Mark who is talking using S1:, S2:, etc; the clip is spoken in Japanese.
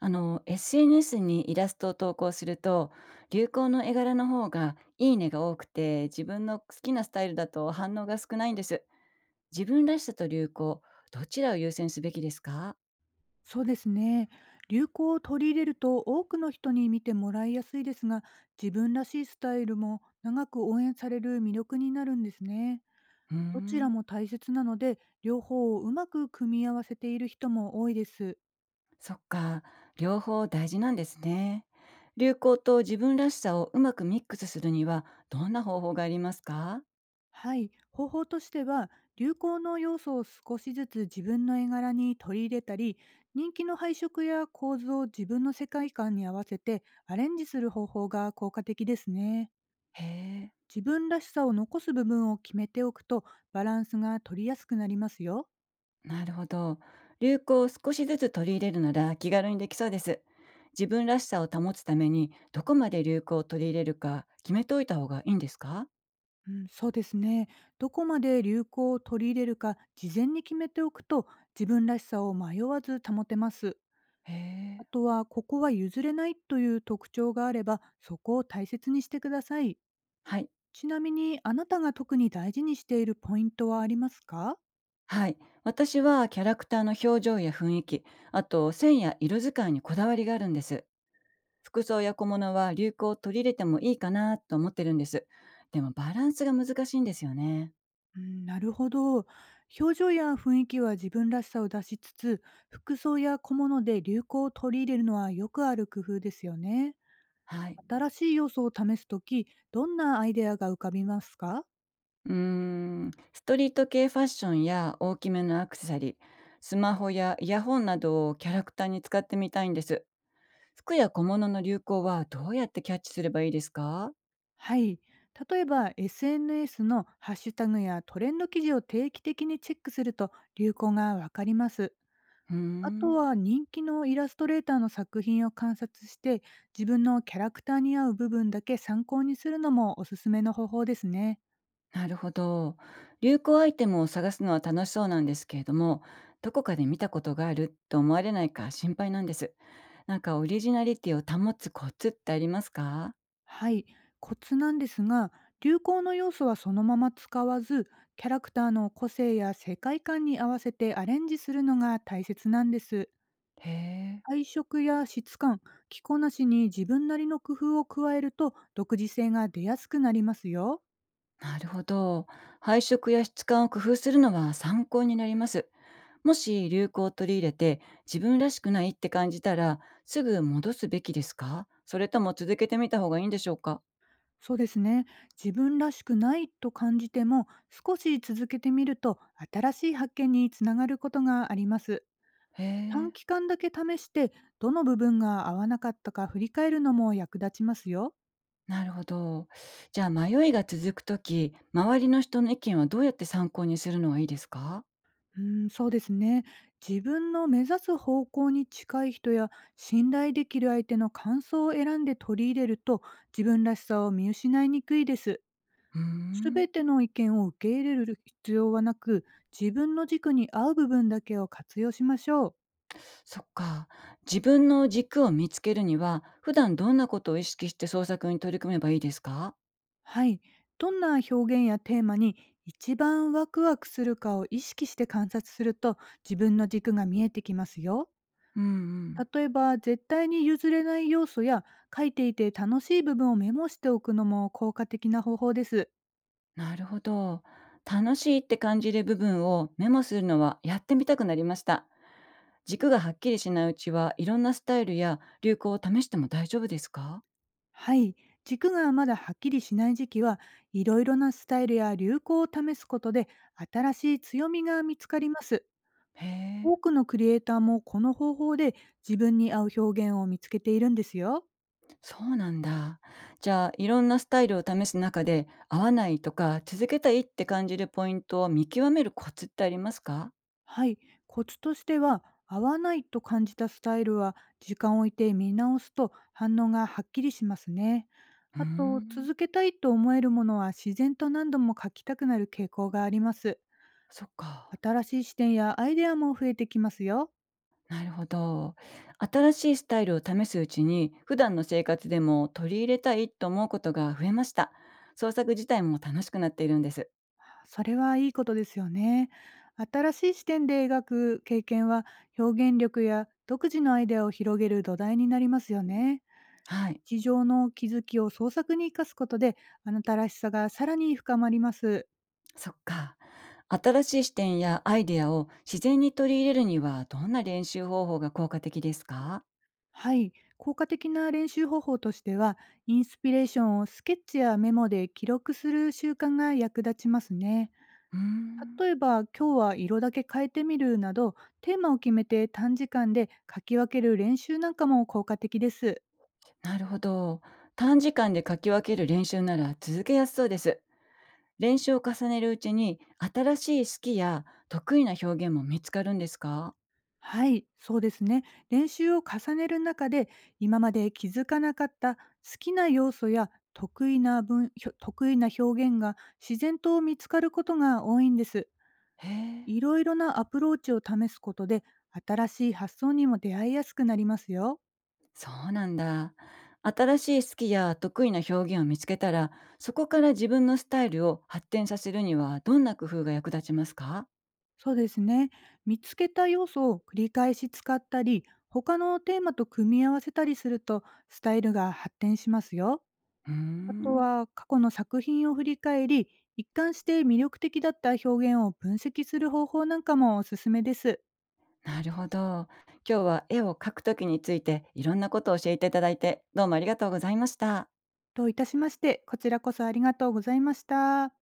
S1: SNS にイラストを投稿すると流行の絵柄の方がいいねが多くて、自分の好きなスタイルだと反応が少ないんです。自分らしさと流行、どちらを優先すべきですか？
S2: そうですね。流行を取り入れると多くの人に見てもらいやすいですが、自分らしいスタイルも長く応援される魅力になるんですね。
S1: うー
S2: どちら
S1: ん。
S2: も大切なので、両方をうまく組み合わせている人も多いです。
S1: そっか、両方大事なんですね。流行と自分らしさをうまくミックスするにはどんな方法がありますか？
S2: はい、方法としては、流行の要素を少しずつ自分の絵柄に取り入れたり、人気の配色や構図を自分の世界観に合わせてアレンジする方法が効果的ですね。
S1: へえ。
S2: 自分らしさを残す部分を決めておくと、バランスが取りやすくなりますよ。
S1: なるほど。流行を少しずつ取り入れるなら気軽にできそうです。自分らしさを保つためにどこまで流行を取り入れるか決めといた方がいいんですか？
S2: うん、そうですね。どこまで流行を取り入れるか事前に決めておくと、自分らしさを迷わず保てます。
S1: へ
S2: あ
S1: え。
S2: とは、ここは譲れないという特徴があれば、そこを大切にしてください。
S1: はい。
S2: ちなみに、あなたが特に大事にしているポイントはありますか？
S1: はい。私はキャラクターの表情や雰囲気、あと線や色使いにこだわりがあるんです。服装や小物は流行を取り入れてもいいかなと思ってるんです。でもバランスが難しいんですよね。
S2: うん、なるほど。表情や雰囲気は自分らしさを出しつつ、服装や小物で流行を取り入れるのはよくある工夫ですよね。
S1: はい。
S2: 新しい要素を試すとき、どんなアイデアが浮かびますか？
S1: うーん、ストリート系ファッションや大きめのアクセサリー、スマホやイヤホンなどをキャラクターに使ってみたいんです。服や小物の流行はどうやってキャッチすればいいですか？
S2: はい。例えば SNS のハッシュタグやトレンド記事を定期的にチェックすると流行がわかります。
S1: うー
S2: あと
S1: ん、
S2: は人気のイラストレーターの作品を観察して、自分のキャラクターに合う部分だけ参考にするのもおすすめの方法ですね。
S1: なるほど。流行アイテムを探すのは楽しそうなんですけれども、どこかで見たことがあると思われないか心配なんです。なんかオリジナリティを保つコツってありますか？
S2: はい、コツなんですが、流行の要素はそのまま使わず、キャラクターの個性や世界観に合わせてアレンジするのが大切なんです。
S1: へえ。
S2: 配色や質感、着こなしに自分なりの工夫を加えると独自性が出やすくなりますよ。
S1: なるほど。配色や質感を工夫するのは参考になります。もし流行を取り入れて自分らしくないって感じたらすぐ戻すべきですか、それとも続けてみた方がいいんでしょうか？
S2: そうですね。自分らしくないと感じても、少し続けてみると新しい発見につながることがあります。
S1: へ
S2: 短
S1: え、
S2: 期間だけ試して、どの部分が合わなかったか振り返るのも役立ちますよ。
S1: なるほど。じゃあ迷いが続くとき、周りの人の意見はどうやって参考にするのがいいですか？
S2: うん、そうですね。自分の目指す方向に近い人や信頼できる相手の感想を選んで取り入れると、自分らしさを見失いにくいです。
S1: うー
S2: す
S1: ん、
S2: べての意見を受け入れる必要はなく、自分の軸に合う部分だけを活用しましょう。
S1: そっか。自分の軸を見つけるには普段どんなことを意識して創作に取り組めばいいですか？
S2: はい。どんな表現やテーマに一番ワクワクするかを意識して観察すると、自分の軸が見えてきますよ。
S1: うんうん。
S2: 例えば絶対に譲れない要素や書いていて楽しい部分をメモしておくのも効果的な方法です。
S1: なるほど。楽しいって感じる部分をメモするのはやってみたくなりました。軸がはっきりしないうちはいろんなスタイルや流行を試しても大丈夫ですか？
S2: はい。軸がまだはっきりしない時期は、いろいろなスタイルや流行を試すことで新しい強みが見つかります。
S1: へえ、
S2: 多くのクリエイターもこの方法で自分に合う表現を見つけているんですよ。
S1: そうなんだ。じゃあいろんなスタイルを試す中で合わないとか続けたいって感じるポイントを見極めるコツってありますか？
S2: はい、コツとしては、合わないと感じたスタイルは時間を置いて見直すと反応がはっきりしますね。
S1: うー
S2: あと、
S1: ん、
S2: 続けたいと思えるものは自然と何度も書きたくなる傾向があります。
S1: そっか。
S2: 新しい視点やアイデアも増えてきますよ。
S1: なるほど。新しいスタイルを試すうちに、普段の生活でも取り入れたいと思うことが増えました。創作自体も楽しくなっているんです。
S2: それはいいことですよね。新しい視点で描く経験は表現力や独自のアイデアを広げる土台になりますよね。
S1: はい。
S2: 日常の気づきを創作に生かすことで、あなたらしさがさらに深まります。
S1: そっか。新しい視点やアイデアを自然に取り入れるには、どんな練習方法が効果的ですか？
S2: はい、効果的な練習方法としては、インスピレーションをスケッチやメモで記録する習慣が役立ちますね。
S1: うーん。
S2: 例えば、今日は色だけ変えてみるなど、テーマを決めて短時間で書き分ける練習なんかも効果的です。
S1: なるほど。短時間で書き分ける練習なら続けやすそうです。練習を重ねるうちに、新しい好きや得意な表現も見つかるんですか？
S2: はい、そうですね。練習を重ねる中で、今まで気づかなかった好きな要素や得意な分ひょ得意な表現が自然と見つかることが多いんです。
S1: へえ。
S2: いろいろなアプローチを試すことで、新しい発想にも出会いやすくなりますよ。
S1: そうなんだ。新しい好きや得意な表現を見つけたら、そこから自分のスタイルを発展させるにはどんな工夫が役立ちますか？
S2: そうですね。見つけた要素を繰り返し使ったり、他のテーマと組み合わせたりすると、スタイルが発展しますよ。
S1: うー
S2: あと
S1: ん、
S2: は過去の作品を振り返り、一貫して魅力的だった表現を分析する方法なんかもおすすめです。
S1: なるほど。今日は絵を描くときについていろんなことを教えていただいて、どうもありがとうございました。
S2: といたしまして、こちらこそありがとうございました。